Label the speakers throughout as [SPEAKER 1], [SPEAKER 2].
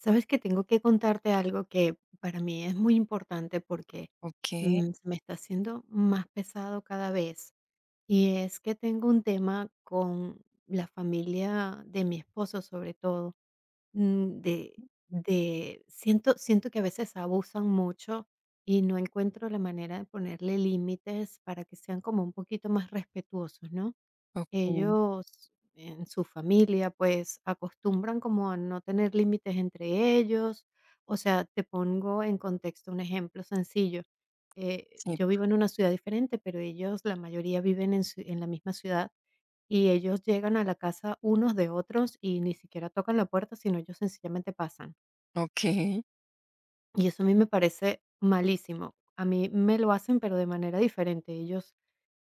[SPEAKER 1] Sabes que tengo que contarte algo que para mí es muy importante porque
[SPEAKER 2] Okey,
[SPEAKER 1] se me está haciendo más pesado cada vez. Y es que tengo un tema con la familia de mi esposo, sobre todo, mm, de siento que a veces abusan mucho y no encuentro la manera de ponerle límites para que sean como un poquito más respetuosos, ¿no?
[SPEAKER 2] okey,
[SPEAKER 1] Ellos en su familia, pues, acostumbran como a no tener límites entre ellos. O sea, te pongo en contexto un ejemplo sencillo.
[SPEAKER 2] sí,
[SPEAKER 1] Yo vivo en una ciudad diferente, pero ellos, la mayoría viven en ciu en la misma ciudad, y ellos llegan a la casa unos de otros y ni siquiera tocan la puerta, sino ellos sencillamente pasan.
[SPEAKER 2] okey,
[SPEAKER 1] Y eso a mí me parece malísimo. A mí me lo hacen, pero de manera diferente. Ellos,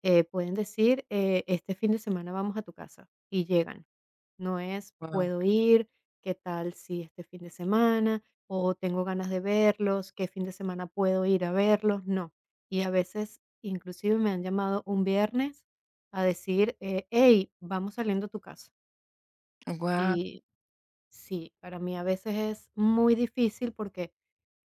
[SPEAKER 1] pueden decir, "Este fin de semana vamos a tu casa", y llegan. No es,
[SPEAKER 2] wow,
[SPEAKER 1] puedo ir, qué tal si este fin de semana, o tengo ganas de verlos, qué fin de semana puedo ir a verlos, no. Y a veces, inclusive me han llamado un viernes a decir, hey, vamos saliendo a tu casa.
[SPEAKER 2] guau,
[SPEAKER 1] Y sí, para mí a veces es muy difícil porque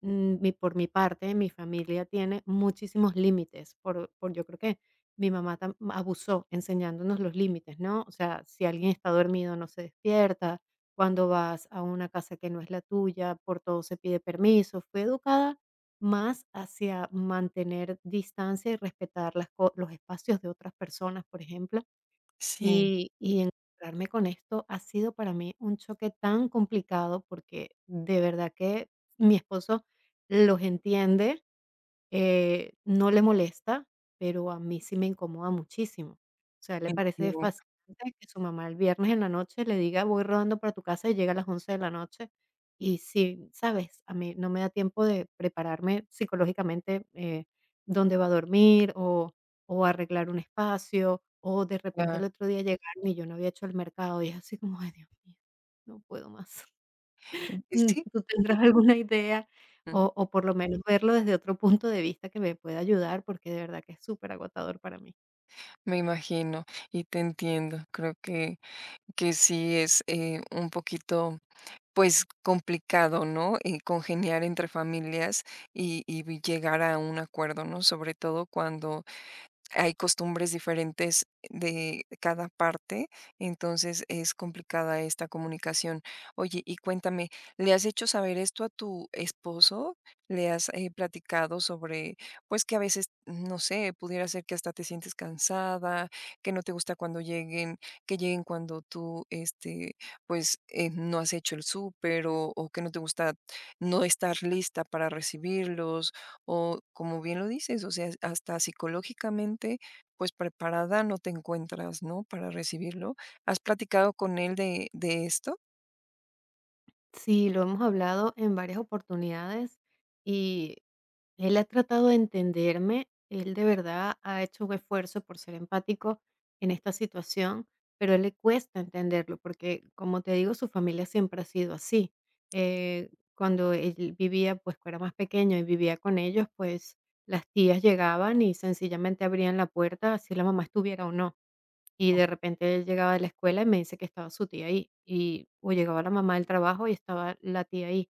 [SPEAKER 1] por mi parte, mi familia tiene muchísimos límites. Yo creo que mi mamá abusó enseñándonos los límites, ¿no? O sea, si alguien está dormido, no se despierta. Cuando vas a una casa que no es la tuya, por todo se pide permiso. Fue educada más hacia mantener distancia y respetar las los espacios de otras personas, por ejemplo,
[SPEAKER 2] sí,
[SPEAKER 1] y encontrarme con esto ha sido para mí un choque tan complicado porque de verdad que mi esposo los entiende, no le molesta, pero a mí sí me incomoda muchísimo. O sea, le parece
[SPEAKER 2] entiendo,
[SPEAKER 1] fascinante que su mamá el viernes en la noche le diga: "Voy rodando para tu casa", y llega a las 11 de la noche. Y sí, ¿sabes? A mí no me da tiempo de prepararme psicológicamente, dónde va a dormir o arreglar un espacio, o de repente
[SPEAKER 2] claro,
[SPEAKER 1] el otro día llegar y yo no había hecho el mercado, y es así como: "Ay, Dios mío, no puedo más".
[SPEAKER 2] sí,
[SPEAKER 1] ¿Tú tendrás alguna idea
[SPEAKER 2] ujú,
[SPEAKER 1] o por lo menos verlo desde otro punto de vista que me pueda ayudar? Porque de verdad que es súper agotador para mí.
[SPEAKER 2] me imagino y te entiendo. Creo que sí es, un poquito, pues, complicado, ¿no? Congeniar entre familias y vi llegar a un acuerdo, ¿no?, sobre todo cuando hay costumbres diferentes de cada parte, entonces es complicada esta comunicación. Oye, y cuéntame, ¿le has hecho saber esto a tu esposo? ¿Le has, platicado sobre, pues, que a veces, no sé, pudiera ser que hasta te sientes cansada, que no te gusta cuando lleguen, que lleguen cuando tú, este, pues, no has hecho el súper, o que no te gusta no estar lista para recibirlos? O como bien lo dices, o sea, hasta psicológicamente, pues preparada no te encuentras, ¿no? Para recibirlo. ¿Has platicado con él de esto?
[SPEAKER 1] Sí, lo hemos hablado en varias oportunidades y él ha tratado de entenderme, él de verdad ha hecho un esfuerzo por ser empático en esta situación, pero a él le cuesta entenderlo porque, como te digo, su familia siempre ha sido así. Cuando él vivía, pues cuando era más pequeño y vivía con ellos, pues las tías llegaban y sencillamente abrían la puerta, así la mamá estuviera o no. Y de repente él llegaba de la escuela y me dice que estaba su tía ahí, y o llegaba la mamá del trabajo y estaba la tía ahí.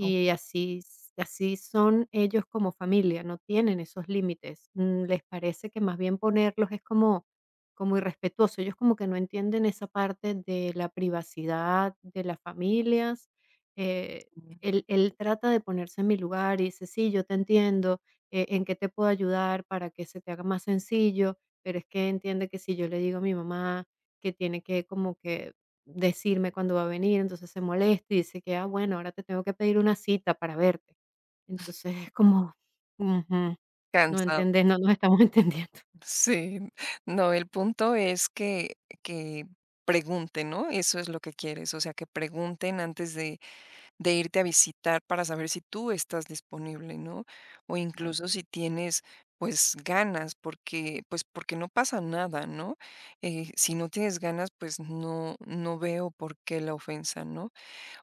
[SPEAKER 2] Ok.
[SPEAKER 1] así son ellos como familia, no tienen esos límites. Les parece que más bien ponerlos es como irrespetuoso. Ellos como que no entienden esa parte de la privacidad de las familias. Eh, él trata de ponerse en mi lugar y dice: "Sí, yo te entiendo, ¿en qué te puedo ayudar para que se te haga más sencillo?". Pero es que entiende que si yo le digo a mi mamá que tiene que como que decirme cuándo va a venir, entonces se molesta y dice que, ah, bueno, ahora te tengo que pedir una cita para verte. Entonces es como, ujú, no
[SPEAKER 2] Cansado.
[SPEAKER 1] entendés, no nos estamos entendiendo.
[SPEAKER 2] Sí. No, el punto es que que pregunten, ¿no? Eso es lo que quieres, o sea, que pregunten antes de irte a visitar para saber si tú estás disponible, ¿no? O
[SPEAKER 1] Claro.
[SPEAKER 2] incluso si tienes, pues, ganas, porque, pues, porque no pasa nada, ¿no? Si no tienes ganas, pues, no veo por qué la ofensa, ¿no?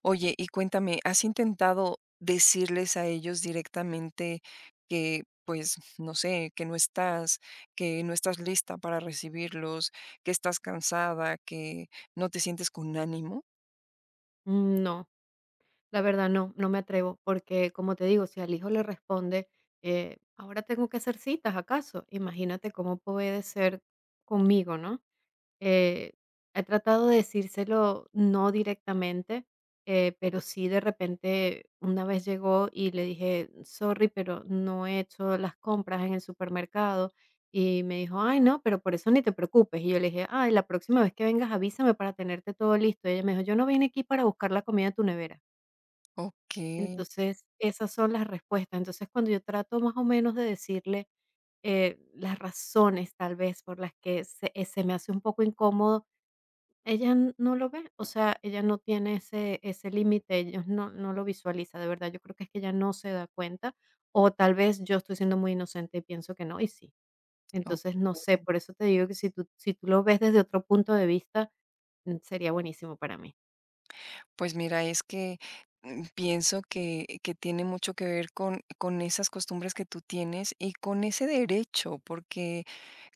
[SPEAKER 2] Oye, y cuéntame, ¿has intentado decirles a ellos directamente que, pues, no sé, que no estás lista para recibirlos, que estás cansada, que no te sientes con ánimo?
[SPEAKER 1] No, la verdad no, no me atrevo, porque como te digo, si al hijo le responde, ahora tengo que hacer citas, ¿acaso? Imagínate cómo puede ser conmigo, ¿no? Eh, He tratado de decírselo, no directamente, pero sí de repente una vez llegó y le dije: "Sorry, pero no he hecho las compras en el supermercado". Y me dijo: "Ay, no, pero por eso ni te preocupes". Y yo le dije: "Ay, la próxima vez que vengas avísame para tenerte todo listo". Y ella me dijo: "Yo no vine aquí para buscar la comida de tu nevera".
[SPEAKER 2] Ok,
[SPEAKER 1] Entonces, esas son las respuestas. Entonces, cuando yo trato más o menos de decirle, las razones, tal vez, por las que se me hace un poco incómodo, ella no lo ve, o sea, ella no tiene ese límite, ella no lo visualiza, de verdad, yo creo que es que ella no se da cuenta, o tal vez yo estoy siendo muy inocente y pienso que no, y sí.
[SPEAKER 2] ok.
[SPEAKER 1] Entonces, no sé, por eso te digo que si tú lo ves desde otro punto de vista, sería buenísimo para mí.
[SPEAKER 2] Pues mira, es que pienso que tiene mucho que ver con esas costumbres que tú tienes y con ese derecho, porque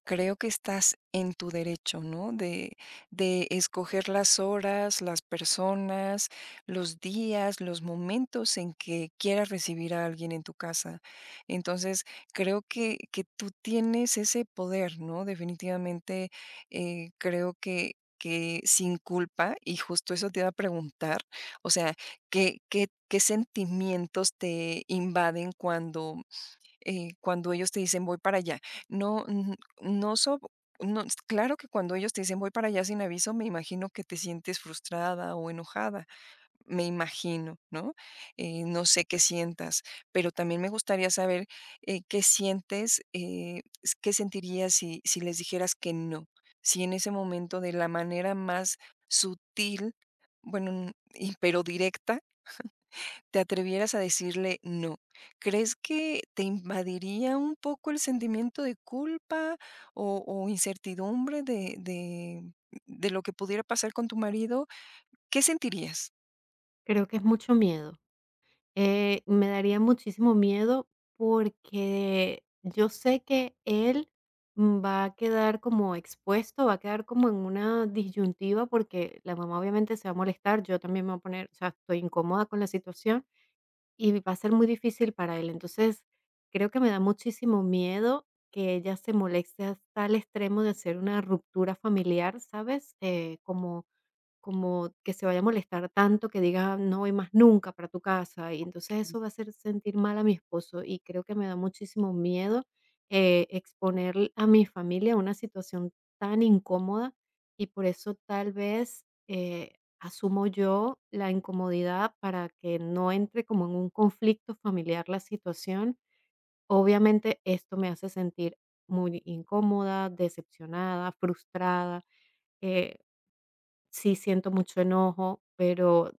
[SPEAKER 2] creo que estás en tu derecho, ¿no? De escoger las horas, las personas, los días, los momentos en que quieras recibir a alguien en tu casa. Entonces, creo que tú tienes ese poder, ¿no? Definitivamente, creo que sin culpa, y justo eso te iba a preguntar, o sea, ¿qué, qué, qué sentimientos te invaden cuando cuando ellos te dicen voy para allá? No, n- no, so- no, s- Claro que cuando ellos te dicen voy para allá sin aviso, me imagino que te sientes frustrada o enojada, me imagino, ¿no? No sé qué sientas, pero también me gustaría saber qué sientes, qué sentirías si, si les dijeras que no, si en ese momento de la manera más sutil, bueno, pero directa, te atrevieras a decirle no, ¿crees que te invadiría un poco el sentimiento de culpa o incertidumbre de lo que pudiera pasar con tu marido? ¿Qué sentirías?
[SPEAKER 1] Creo que es mucho miedo. Me daría muchísimo miedo porque yo sé que él va a quedar como expuesto, va a quedar como en una disyuntiva porque la mamá obviamente se va a molestar, yo también me voy a poner, o sea, estoy incómoda con la situación y va a ser muy difícil para él. Entonces, creo que me da muchísimo miedo que ella se moleste hasta el extremo de hacer una ruptura familiar, ¿sabes? Como que se vaya a molestar tanto que diga: "No voy más nunca para tu casa", y entonces eso va a hacer sentir mal a mi esposo, y creo que me da muchísimo miedo, exponer a mi familia a una situación tan incómoda, y por eso tal vez, asumo yo la incomodidad para que no entre como en un conflicto familiar la situación. Obviamente, esto me hace sentir muy incómoda, decepcionada, frustrada, eh sí siento mucho enojo,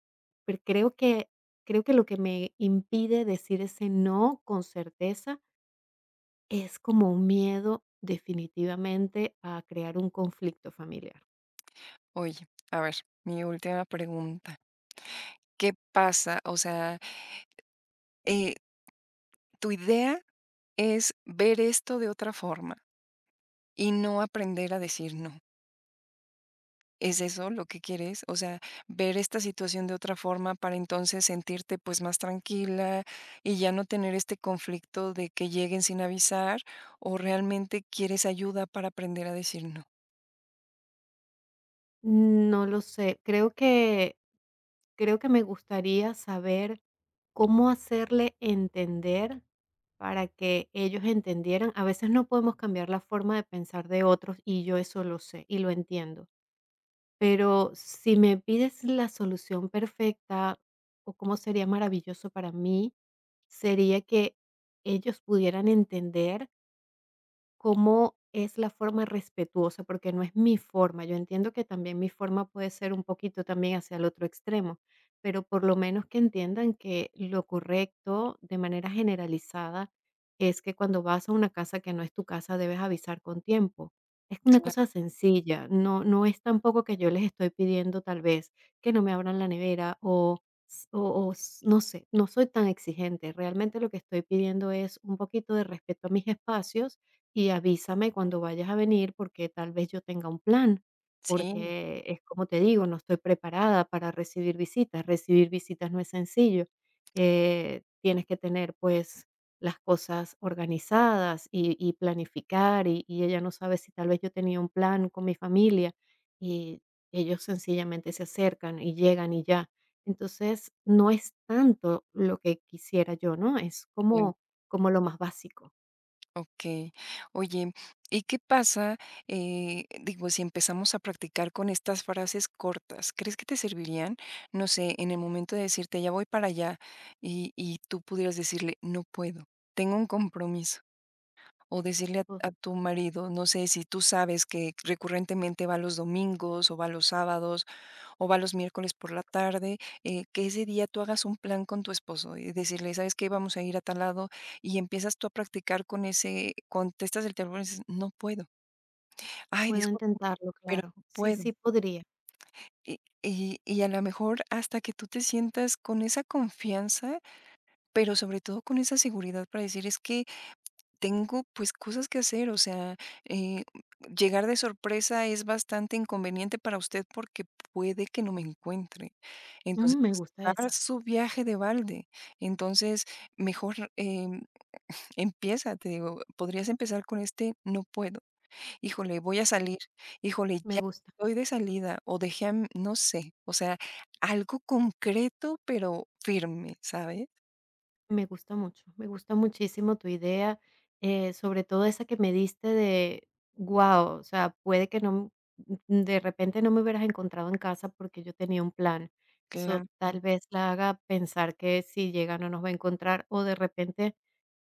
[SPEAKER 1] pero creo que lo que me impide decir ese no con certeza es como un miedo definitivamente a crear un conflicto familiar.
[SPEAKER 2] Oye, a ver, mi última pregunta. ¿Qué pasa? O sea, eh, tu idea es ver esto de otra forma y no aprender a decir no. ¿Es eso lo que quieres? O sea, ver esta situación de otra forma para entonces sentirte pues más tranquila y ya no tener este conflicto de que lleguen sin avisar o realmente quieres ayuda para aprender a decir no.
[SPEAKER 1] No lo sé, creo que me gustaría saber cómo hacerle entender para que ellos entendieran. A veces no podemos cambiar la forma de pensar de otros y yo eso lo sé y lo entiendo. Pero si me pides la solución perfecta o cómo sería maravilloso para mí, sería que ellos pudieran entender. ¿Cómo es la forma respetuosa? Porque no es mi forma. Yo entiendo que también mi forma puede ser un poquito también hacia el otro extremo, pero por lo menos que entiendan que lo correcto de manera generalizada es que cuando vas a una casa que no es tu casa debes avisar con tiempo. Es una cosa
[SPEAKER 2] Claro.
[SPEAKER 1] sencilla, no, no es tampoco que yo les estoy pidiendo tal vez que no me abran la nevera s- o, o, no sé, no soy tan exigente. Realmente lo que estoy pidiendo es un poquito de respeto a mis espacios y avísame cuando vayas a venir porque tal vez yo tenga un plan,
[SPEAKER 2] Sí,
[SPEAKER 1] porque es como te digo, no estoy preparada para recibir visitas. Recibir visitas no es sencillo. Tienes que tener, pues, las cosas organizadas y planificar, y ella no sabe si tal vez yo tenía un plan con mi familia, y ellos sencillamente se acercan y llegan y ya. Entonces, no es tanto lo que quisiera yo, ¿no? Es
[SPEAKER 2] em,
[SPEAKER 1] como lo más básico.
[SPEAKER 2] okey. Oye, ¿y qué pasa? Digo, si empezamos a practicar con estas frases cortas, ¿crees que te servirían? No sé, en el momento de decirte: "Ya voy para allá", y tú pudieras decirle: "No puedo, tengo un compromiso". O decirle a tu marido, no sé, si tú sabes que recurrentemente va los domingos, o va los sábados, o va los miércoles por la tarde, que ese día tú hagas un plan con tu esposo y decirle: "¿Sabes qué? Vamos a ir a tal lado", y empiezas tú a practicar con ese, contestas el teléfono y dices: "No puedo. Ay,
[SPEAKER 1] Puedo
[SPEAKER 2] discúlpame,
[SPEAKER 1] intentarlo,
[SPEAKER 2] pero
[SPEAKER 1] claro.
[SPEAKER 2] no
[SPEAKER 1] Sí,
[SPEAKER 2] puedo".
[SPEAKER 1] sí podría.
[SPEAKER 2] Y a lo mejor hasta que tú te sientas con esa confianza, pero sobre todo con esa seguridad para decir: "Es que tengo, pues, cosas que hacer, o sea, eh, llegar de sorpresa es bastante inconveniente para usted porque puede que no me encuentre. Entonces,
[SPEAKER 1] Me
[SPEAKER 2] pues,
[SPEAKER 1] gusta
[SPEAKER 2] dar
[SPEAKER 1] esa.
[SPEAKER 2] su viaje de balde". Entonces, mejor, em, empieza, te digo, podrías empezar con este: "No puedo. Híjole, voy a
[SPEAKER 1] Sí,
[SPEAKER 2] salir. Híjole,
[SPEAKER 1] me
[SPEAKER 2] ya
[SPEAKER 1] gusta,
[SPEAKER 2] estoy de salida", o dejé a m, no sé, o sea, algo concreto, pero firme, ¿sabes?
[SPEAKER 1] me gusta mucho. Me gusta muchísimo tu idea, sobre todo esa que me diste de, guau, o sea, puede que no, de repente no me hubieras encontrado en casa porque yo tenía un plan.
[SPEAKER 2] Claro,
[SPEAKER 1] Eso tal vez la haga pensar que si llega no nos va a encontrar o de repente,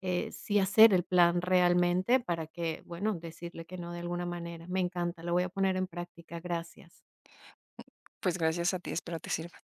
[SPEAKER 1] sí hacer el plan realmente para que, bueno, decirle que no de alguna manera. Me encanta, lo voy a poner en práctica. Gracias.
[SPEAKER 2] pues, gracias a ti, espero te sirva.